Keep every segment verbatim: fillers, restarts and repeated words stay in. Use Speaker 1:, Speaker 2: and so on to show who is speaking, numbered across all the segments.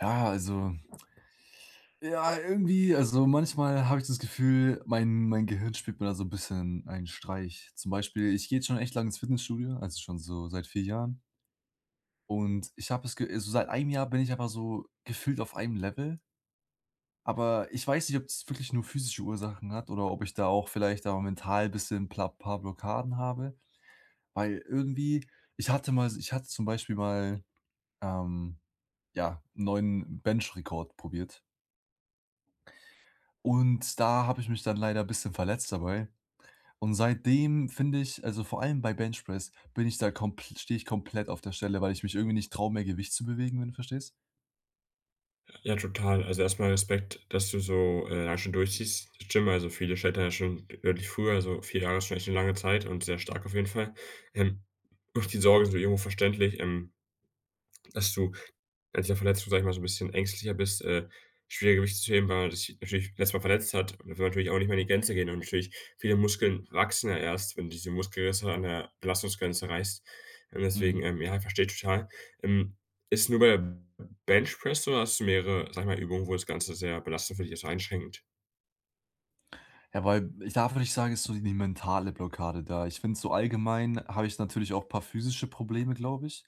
Speaker 1: Ja, also ja, irgendwie also manchmal habe ich das Gefühl, mein mein Gehirn spielt mir da so 'n bisschen einen Streich. Zum Beispiel, ich gehe jetzt schon echt lange ins Fitnessstudio, also schon so seit vier Jahren. Und ich habe es ge Also seit einem Jahr bin ich einfach so gefühlt auf einem Level, aber ich weiß nicht, ob das wirklich nur physische Ursachen hat oder ob ich da auch vielleicht aber mental ein bisschen pla paar Blockaden habe, weil irgendwie ich hatte mal ich hatte zum Beispiel mal, ähm, ja, 'n neuen Bench-Rekord probiert. Und da habe ich mich dann leider ein bisschen verletzt dabei. Und seitdem finde ich also, vor allem bei Benchpress bin ich da kompl stehe ich komplett auf der Stelle, weil ich mich irgendwie nicht traue, mehr Gewicht zu bewegen, wenn du verstehst?
Speaker 2: Ja, total. Also erstmal Respekt, dass du so, äh, lange schon durchziehst. Das stimmt, also viele scheitern ja schon deutlich früher, also vier Jahre ist schon echt eine lange Zeit und sehr stark auf jeden Fall. Ähm, Auch die Sorge ist so irgendwo verständlich, ähm dass du nach dieser Verletzung, sage ich mal, so ein bisschen ängstlicher bist, äh, schwer Gewicht zu heben, weil man sich natürlich letztes Mal verletzt hat und da will man natürlich auch nicht mehr in die Grenze gehen, und natürlich viele Muskeln wachsen ja erst, wenn du diese Muskelrisse an der Belastungsgrenze reißt. Und
Speaker 1: Mhm.
Speaker 2: deswegen, ähm, ja, ich verstehe total. Ähm, Ist nur bei der Benchpress so, oder hast du mehrere, sage ich mal, Übungen, wo das Ganze sehr belastend für dich ist, einschränkend?
Speaker 1: Ja, weil ich da würde ich sagen, ist so die mentale Blockade da. Ich finde so allgemein habe ich natürlich auch ein paar physische Probleme, glaube ich.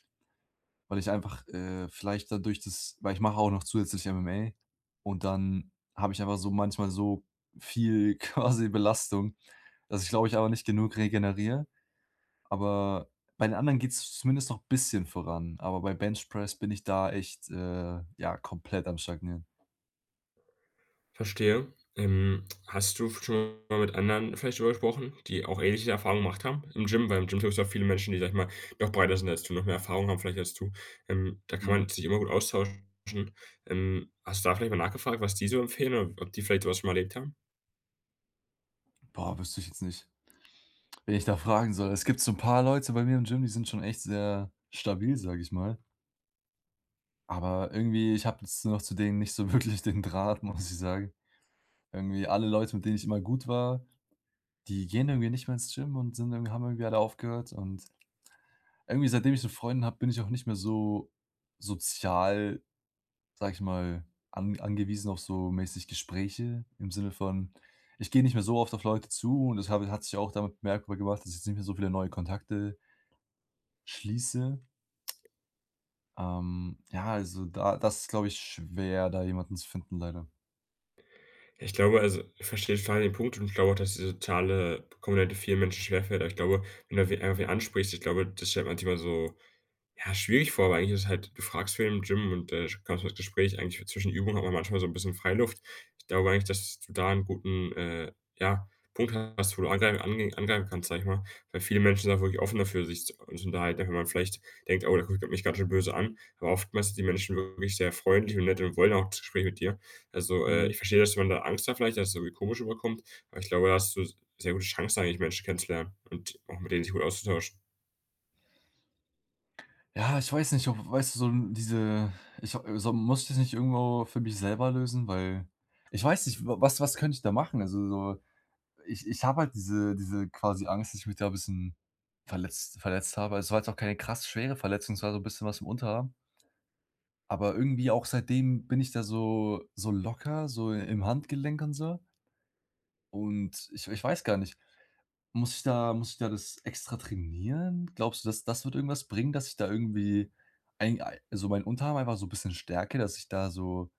Speaker 1: Weil ich einfach, äh, vielleicht dadurch das weil ich mache auch noch zusätzlich M M A und dann habe ich einfach so manchmal so viel quasi Belastung, dass ich, glaube ich, aber nicht genug regeneriere. Aber bei den anderen geht's zumindest noch ein bisschen voran, aber bei Bench Press bin ich da echt, äh, ja, komplett am Stagnieren.
Speaker 2: Verstehe. Ähm, hast du schon mal mit anderen vielleicht drüber gesprochen, die auch ähnliche Erfahrungen gemacht haben im Gym? Weil im Gym triffst du ja viele Menschen, die, sag ich mal, noch breiter sind als du, noch mehr Erfahrung haben vielleicht als du. Ähm, da kann man
Speaker 1: Mhm.
Speaker 2: sich immer gut austauschen. Ähm, hast du da vielleicht mal nachgefragt, was die so empfehlen oder ob die vielleicht sowas schon mal erlebt haben?
Speaker 1: Boah, wüsste ich jetzt nicht, wenn ich da fragen soll. Es gibt so ein paar Leute bei mir im Gym, die sind schon echt sehr stabil, sage ich mal, aber irgendwie ich habe jetzt noch zu denen nicht so wirklich den Draht, muss ich sagen. Irgendwie alle Leute, mit denen ich immer gut war, die gehen irgendwie nicht mehr ins Gym und sind irgendwie haben irgendwie alle aufgehört. Und irgendwie, seitdem ich so Freundin habe, bin ich auch nicht mehr so sozial, sage ich mal, an angewiesen auf so mäßig Gespräche im Sinne von, ich gehe nicht mehr so oft auf Leute zu, und das habe hat sich auch damit bemerkbar gemacht, dass ich jetzt nicht mehr so viele neue Kontakte schließe. Ähm, ja, also da das ist, glaube ich, schwer, da jemanden zu finden leider.
Speaker 2: Ja, ich glaube, also ich verstehe total den Punkt, und ich glaube auch, dass die soziale Komponente vielen Menschen schwerfällt. Aber ich glaube, wenn du we- einfach wen ansprichst, ich glaube, das stellt man sich immer so ja schwierig vor, weil eigentlich ist halt du fragst wen im Gym und, äh, kommst ins Gespräch. Eigentlich für zwischen Übungen hat man manchmal so ein bisschen Freiluft. Ich glaube eigentlich, dass du da einen guten, äh, ja, Punkt hast, wo du angreif ange angreifen kannst, sag ich mal, weil viele Menschen sind auch wirklich offen dafür, sich zu zu unterhalten, auch wenn man vielleicht denkt: „Oh, der guckt mich ganz schön böse an.“ Aber oftmals sind die Menschen wirklich sehr freundlich und nett und wollen auch das Gespräch mit dir. Also, äh,
Speaker 1: Mhm.
Speaker 2: ich verstehe, dass man da Angst hat vielleicht, dass es irgendwie komisch überkommt, aber ich glaube, da hast du sehr gute Chancen eigentlich, Menschen kennenzulernen und auch mit denen sich gut auszutauschen.
Speaker 1: Ja, ich weiß nicht, ob, weißt du, so diese, ich so muss ich das nicht irgendwo für mich selber lösen? Weil ich weiß nicht, wa was was könnte ich da machen? Also, so ich ich habe halt diese diese quasi Angst, dass ich mich da ein bisschen verletzt verletzt habe. Also es war jetzt auch keine krass schwere Verletzung, es war so ein bisschen was im Unterarm. Aber irgendwie auch seitdem bin ich da so so locker, so im Handgelenk und so. Und ich ich weiß gar nicht. Muss ich da muss ich da das extra trainieren? Glaubst du, dass das wird irgendwas bringen, dass ich da irgendwie ein ei so meinen Unterarm einfach so 'n bisschen stärke, dass ich da so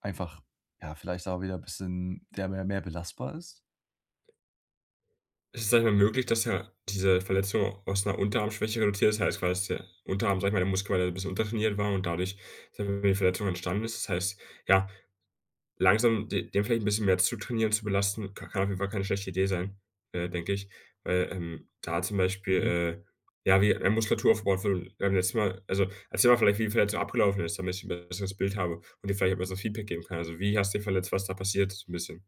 Speaker 1: einfach, ja, vielleicht auch wieder 'n bisschen der mehr mehr belastbar ist?
Speaker 2: Ist es, sage ich mal, möglich, dass ja diese Verletzung aus 'ner Unterarmschwäche resultiert? Das heißt, quasi der Unterarm, sag ich mal der Muskel, weil er 'n bisschen untertrainiert war und dadurch, sage ich mal, die Verletzung entstanden ist. Das heißt, ja, langsam de den vielleicht 'n bisschen mehr zutrainieren, zu belasten, ka kann auf jeden Fall keine schlechte Idee sein, äh, denke ich, weil, ähm, da zum Beispiel,
Speaker 1: Mhm.
Speaker 2: äh, ja, wie, äh, Muskulatur aufgebaut wird. Beim letzten Mal, also, erzähl mal vielleicht, wie die Verletzung abgelaufen ist, damit ich 'n besseres Bild habe und dir vielleicht 'n besseres Feedback geben kann. Also, wie hast du dich verletzt? Was ist da passiert? So 'n bisschen.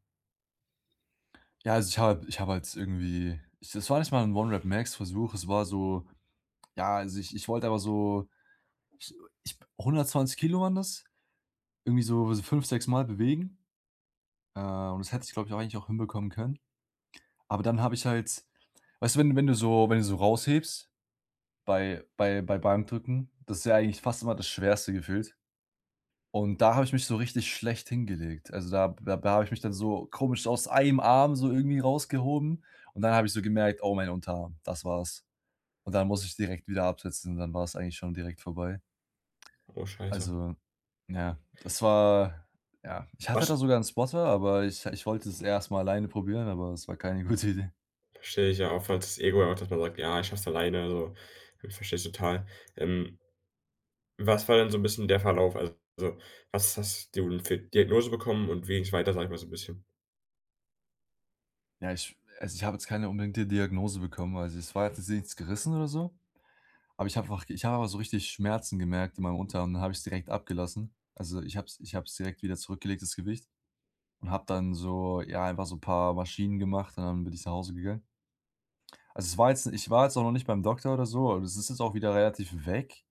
Speaker 1: Ja, also, ich habe ich habe halt irgendwie, ich das war nicht mal 'n One-Rep-Max-Versuch, es war so, ja, also, ich ich wollte aber so, ich ich hundertzwanzig Kilo waren das, irgendwie so so fünf, sechs Mal bewegen, äh, und das hätte ich, glaube ich, auch eigentlich auch hinbekommen können. Aber dann habe ich halt, weißt du, wenn wenn du so wenn du so raushebst bei bei bei Bankdrücken, das ist ja eigentlich fast immer das Schwerste gefühlt. Und da habe ich mich so richtig schlecht hingelegt. Also, da da da habe ich mich dann so komisch aus einem Arm so irgendwie rausgehoben und dann habe ich so gemerkt: „Oh, mein Unterarm, das war's.“ Und dann musste ich direkt wieder absetzen und dann war es eigentlich schon direkt vorbei.
Speaker 2: Oh, scheiße.
Speaker 1: Also, ja, das war ja, ich hatte
Speaker 2: Was
Speaker 1: da sogar 'n Spotter, aber ich ich wollte es erst mal alleine probieren, aber es war keine gute Idee.
Speaker 2: verstehe ich, ja, auch weil das Ego, ja auch dass man sagt: „Ja, ich schaff's alleine“, so. Verstehe ich total. Ähm, was war denn so 'n bisschen der Verlauf? Also, was hast du denn für Diagnose bekommen und wie ging's weiter, sage ich mal so 'n bisschen?
Speaker 1: Ja, ich also, ich habe jetzt keine unbedingte Diagnose bekommen. Also, es war jetzt jetzt nichts gerissen oder so, aber ich habe einfach ich habe aber so richtig Schmerzen gemerkt in meinem Unterarm und dann habe ich's direkt abgelassen. Also, ich habe es ich habe es direkt wieder zurückgelegt, das Gewicht, und habe dann so, ja, einfach so ein paar Maschinen gemacht und dann bin ich nach Hause gegangen. Also, es war jetzt ich war jetzt auch noch nicht beim Doktor oder so, aber das ist jetzt auch wieder relativ weg.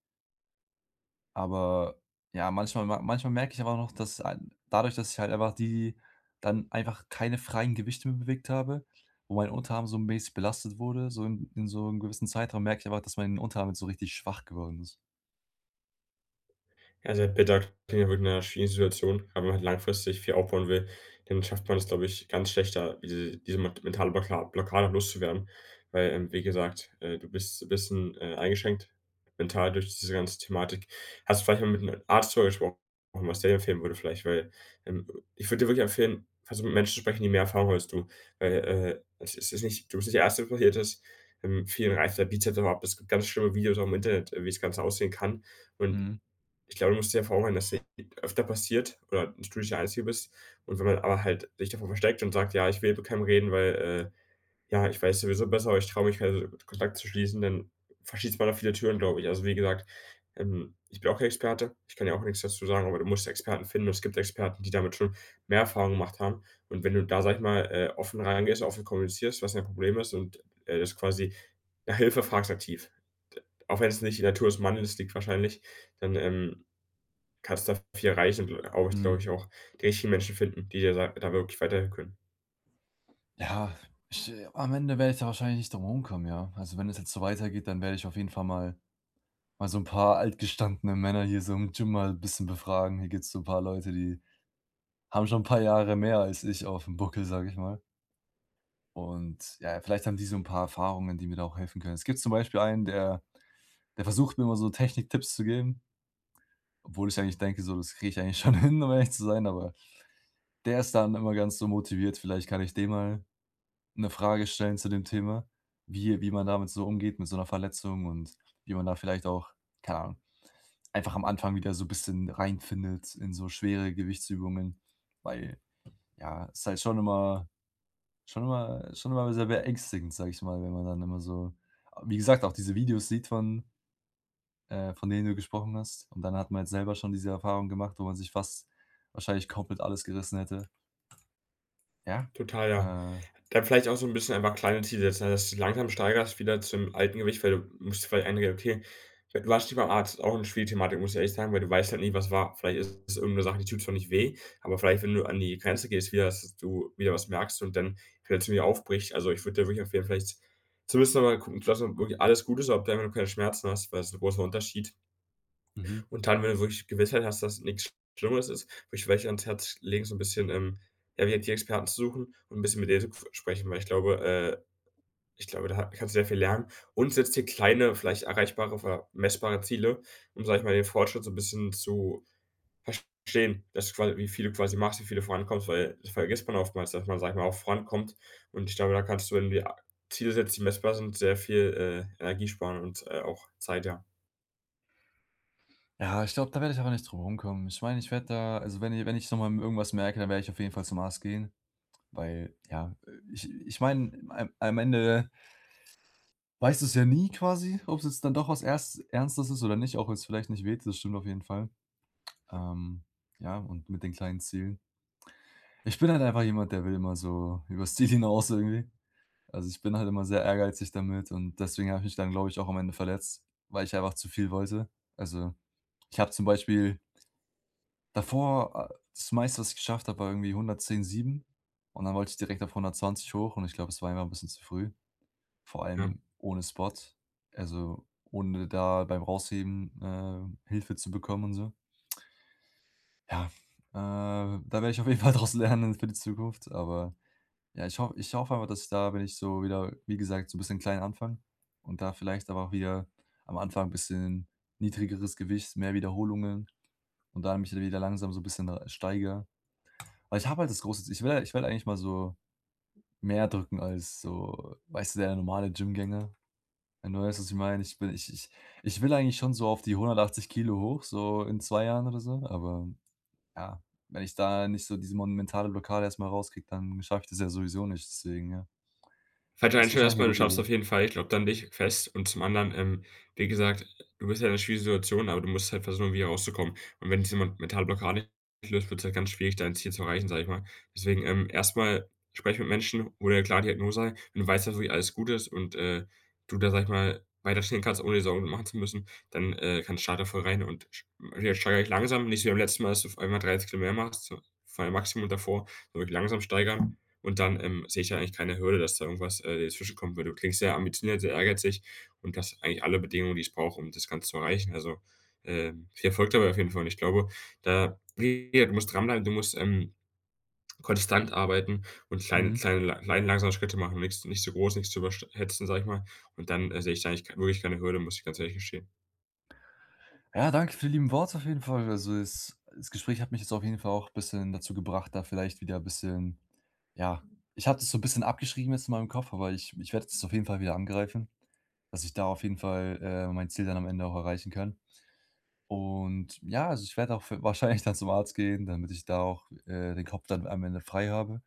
Speaker 1: Aber ja, manchmal, ma manchmal merke ich aber noch, dass, ein dadurch, dass ich halt einfach, die dann einfach keine freien Gewichte mehr bewegt habe, wo mein Unterarm so mäßig belastet wurde, so in in so einem gewissen Zeitraum, merke ich einfach, dass mein Unterarm jetzt so richtig schwach geworden ist.
Speaker 2: Ja, sehr bitter. Klingt ja wirklich 'ner schwierigen Situation. Aber wenn man halt langfristig viel aufbauen will, dann schafft man das, glaube ich, ganz schlecht, da diese diese ment mentale Blocka Blockade loszuwerden. Weil, ähm, wie gesagt, äh, du bist 'n bisschen, äh, eingeschränkt mental durch diese ganze Thematik. Hast du vielleicht mal mit einem Arzt darüber gesprochen, was der dir empfehlen würde vielleicht? Weil, ähm, ich würde dir wirklich empfehlen, versuch mit Menschen zu sprechen, die mehr Erfahrung haben als du. Weil, äh, es es ist nicht du bist nicht der Erste, der passiert ist. Ähm, vielen reißt der Bizeps auch ab. Es gibt ganz schlimme Videos auch im Internet, äh, wie das Ganze aussehen kann. Und
Speaker 1: Mhm,
Speaker 2: ich glaube, du musst dir ja vor Augen halten, dass dir öfter passiert oder dass du nicht der Einzige bist. Und wenn man aber halt sich davor versteckt und sagt: „Ja, ich will mit keinem reden, weil, äh, ja, ich weiß sowieso besser, aber ich traue mich keine Kontakt zu schließen“, dann verschließt man da viele Türen, glaube ich. Also, wie gesagt, ähm, ich bin auch kein Experte, ich kann ja auch nichts dazu sagen, aber du musst Experten finden. Und es gibt Experten, die damit schon mehr Erfahrung gemacht haben. Und wenn du da, sage ich mal, äh, offen reingehst, offen kommunizierst, was dein Problem ist und, äh, das quasi nach Hilfe fragst aktiv, auch wenn es nicht die Natur des Mannes liegt wahrscheinlich, dann, ähm kannst da viel erreichen und auch,
Speaker 1: mhm.
Speaker 2: glaube ich, auch die richtigen Menschen finden, die dir da da wirklich weiterhelfen können.
Speaker 1: Ja, ich, äh am Ende werde ich da wahrscheinlich nicht drum rumkommen, ja. Also, wenn es jetzt so weitergeht, dann werde ich auf jeden Fall mal mal so ein paar altgestandene Männer hier so im Gym mal ein bisschen befragen. Hier gibt's so ein paar Leute, die haben schon ein paar Jahre mehr als ich auf dem Buckel, sage ich mal. Und ja, vielleicht haben die so 'n paar Erfahrungen, die mir da auch helfen können. Es gibt zum Beispiel einen, der der versucht mir immer so Techniktipps zu geben, obwohl ich eigentlich denke, so, das kriege ich eigentlich schon hin, um ehrlich zu sein, aber der ist dann immer ganz so motiviert. Vielleicht kann ich dem mal eine Frage stellen zu dem Thema, wie wie man damit so umgeht mit so einer Verletzung, und wie man da vielleicht auch, keine Ahnung, einfach am Anfang wieder so ein bisschen reinfindet in so schwere Gewichtsübungen, weil, ja, es ist halt schon immer Schon immer schon immer sehr beängstigend, sage ich mal, wenn man dann immer so, wie gesagt, auch diese Videos sieht von, äh, von denen du gesprochen hast. Und dann hat man jetzt selber schon diese Erfahrung gemacht, wo man sich fast wahrscheinlich komplett alles gerissen hätte. Ja,
Speaker 2: Total, ja.
Speaker 1: äh,
Speaker 2: Dann vielleicht auch so ein bisschen einfach kleine Ziele setzen, ne, dass du langsam steigerst wieder zum alten Gewicht, weil du musst vielleicht einsehen, okay, du warst nicht beim Arzt, auch eine schwierige Thematik, muss ich ehrlich sagen, weil du weißt halt nicht, was war. Vielleicht ist es irgendeine Sache, die tut zwar nicht weh, aber vielleicht, wenn du an die Grenze gehst wieder, dass du wieder was merkst und dann vielleicht wieder aufbricht. Also, ich würde dir wirklich empfehlen, vielleicht zumindest noch mal gucken zu lassen, ob wirklich alles gut ist, ob du einfach nur keine Schmerzen hast, weil es ist 'n großer Unterschied.
Speaker 1: mhm.
Speaker 2: Und dann, wenn du wirklich Gewissheit hast, dass nichts Schlimmes ist, würde ich welche ans Herz legen, so ein bisschen, ähm, ja, die die Experten zu suchen und ein bisschen mit denen zu qu sprechen, weil ich glaube äh, ich glaube, da kannst du sehr viel lernen, und setzt dir kleine, vielleicht erreichbare oder messbare Ziele, um, sag ich mal, den Fortschritt so ein bisschen zu verstehen, dass du quasi wie viel du quasi machst, wie viel du vorankommst, weil das vergisst man oftmals, dass man, sag ich mal, auch vorankommt. Und ich glaube, da kannst du, wenn du dir Ziele setzt, die messbar sind, sehr viel, äh, Energie sparen und, äh, auch Zeit, ja.
Speaker 1: Ja, ich glaube, da werde ich aber nicht drum rumkommen. Ich meine, ich werde da, also, wenn ich wenn ich noch mal irgendwas merke, dann werde ich auf jeden Fall zum Arzt gehen, weil, ja, äh, ich ich meine, am am Ende weißt du es ja nie quasi, ob es jetzt dann doch was erst Ernstes ist oder nicht, auch wenn es vielleicht nicht weht, das stimmt auf jeden Fall. Ähm, ja, und mit den kleinen Zielen. Ich bin halt einfach jemand, der will immer so übers Ziel hinaus irgendwie. Also, ich bin halt immer sehr ehrgeizig damit und deswegen habe ich mich dann, glaube ich, auch am Ende verletzt, weil ich einfach zu viel wollte. Also, ich habe zum Beispiel davor, äh, das meiste, was ich geschafft habe, war irgendwie hundertzehn Komma sieben, und dann wollte ich direkt auf hundertzwanzig hoch, und ich glaube, es war einfach ein bisschen zu früh, vor
Speaker 2: Ja.
Speaker 1: allem ohne Spot, also, ohne da beim Rausheben, äh, Hilfe zu bekommen und so. Ja, äh, da werde ich auf jeden Fall draus lernen für die Zukunft, aber ja, ich hoffe ich hoffe einfach, dass ich da, wenn ich so wieder, wie gesagt, so ein bisschen klein anfange und da vielleicht aber auch wieder am Anfang ein bisschen niedrigeres Gewicht, mehr Wiederholungen, und dann mich wieder langsam so ein bisschen, äh, steigere. Weil ich habe halt das große Z ich will ich will eigentlich mal so mehr drücken als so, weißt du, der normale Gymgänger, wenn du weißt, was ich meine. Ich bin ich ich ich will eigentlich schon so auf die hundertachtzig Kilo hoch, so in zwei Jahren oder so, aber ja, wenn ich da nicht so diese monumentale Blockade erst mal rauskriege, dann schaffe ich das ja sowieso nicht, deswegen, ja.
Speaker 2: Fette
Speaker 1: Ist
Speaker 2: Einstellung
Speaker 1: wahrscheinlich 'ne
Speaker 2: erstmal, du
Speaker 1: gute
Speaker 2: schaffst
Speaker 1: Idee.
Speaker 2: auf jeden Fall, ich glaube dann dich fest, und zum anderen, ähm, wie gesagt, du bist ja in einer schwierigen Situation, aber du musst halt versuchen, irgendwie rauszukommen. Und wenn diese men mentale Blockade nicht löst, wird's halt ganz schwierig, dein Ziel zu erreichen, sage ich mal. Deswegen, ähm, erstmal sprech mit Menschen, wo dir klar Diagnose halt wenn du weißt, dass wirklich alles gut ist und, äh, du da, sage ich mal, weiterstehen kannst, ohne dir Sorgen machen zu müssen, dann, äh, kannst starte da voll rein und sch jetzt steigere dich langsam, nicht so wie beim letzten Mal, dass du auf einmal dreißig Kilometer machst, so vor allem Maximum davor, sondern wirklich langsam steigern. Und dann, ähm, sehe ich da eigentlich keine Hürde, dass da irgendwas, äh, dazwischenkommen würde. Du klingst sehr ambitioniert, sehr ehrgeizig und hast eigentlich alle Bedingungen, die ich brauche, um das Ganze zu erreichen. Also, ähm, viel Erfolg dabei auf jeden Fall. Und ich glaube, da wie gesagt, du musst dranbleiben, du musst, ähm, konstant arbeiten und kleine
Speaker 1: Mhm.
Speaker 2: kleine la kleine langsame Schritte machen, nichts nicht zu groß, nichts zu übersch sag ich mal. Und dann, äh, sehe ich da eigentlich k wirklich keine Hürde, muss ich ganz ehrlich gestehen.
Speaker 1: Ja, danke für die lieben Worte auf jeden Fall. Also, es das Gespräch hat mich jetzt auf jeden Fall auch bisschen dazu gebracht, da vielleicht wieder bisschen, ja, ich habe das so 'n bisschen abgeschrieben jetzt in meinem Kopf, aber ich ich werde das auf jeden Fall wieder angreifen, dass ich da auf jeden Fall, äh, mein Ziel dann am Ende auch erreichen kann. Und ja, also, ich werde auch f wahrscheinlich dann zum Arzt gehen, damit ich da auch, äh, den Kopf dann am Ende frei habe.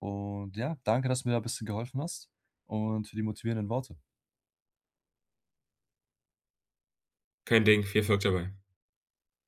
Speaker 1: Und ja, danke, dass du mir da ein bisschen geholfen hast und für die motivierenden Worte.
Speaker 2: Kein Ding, viel Erfolg dabei.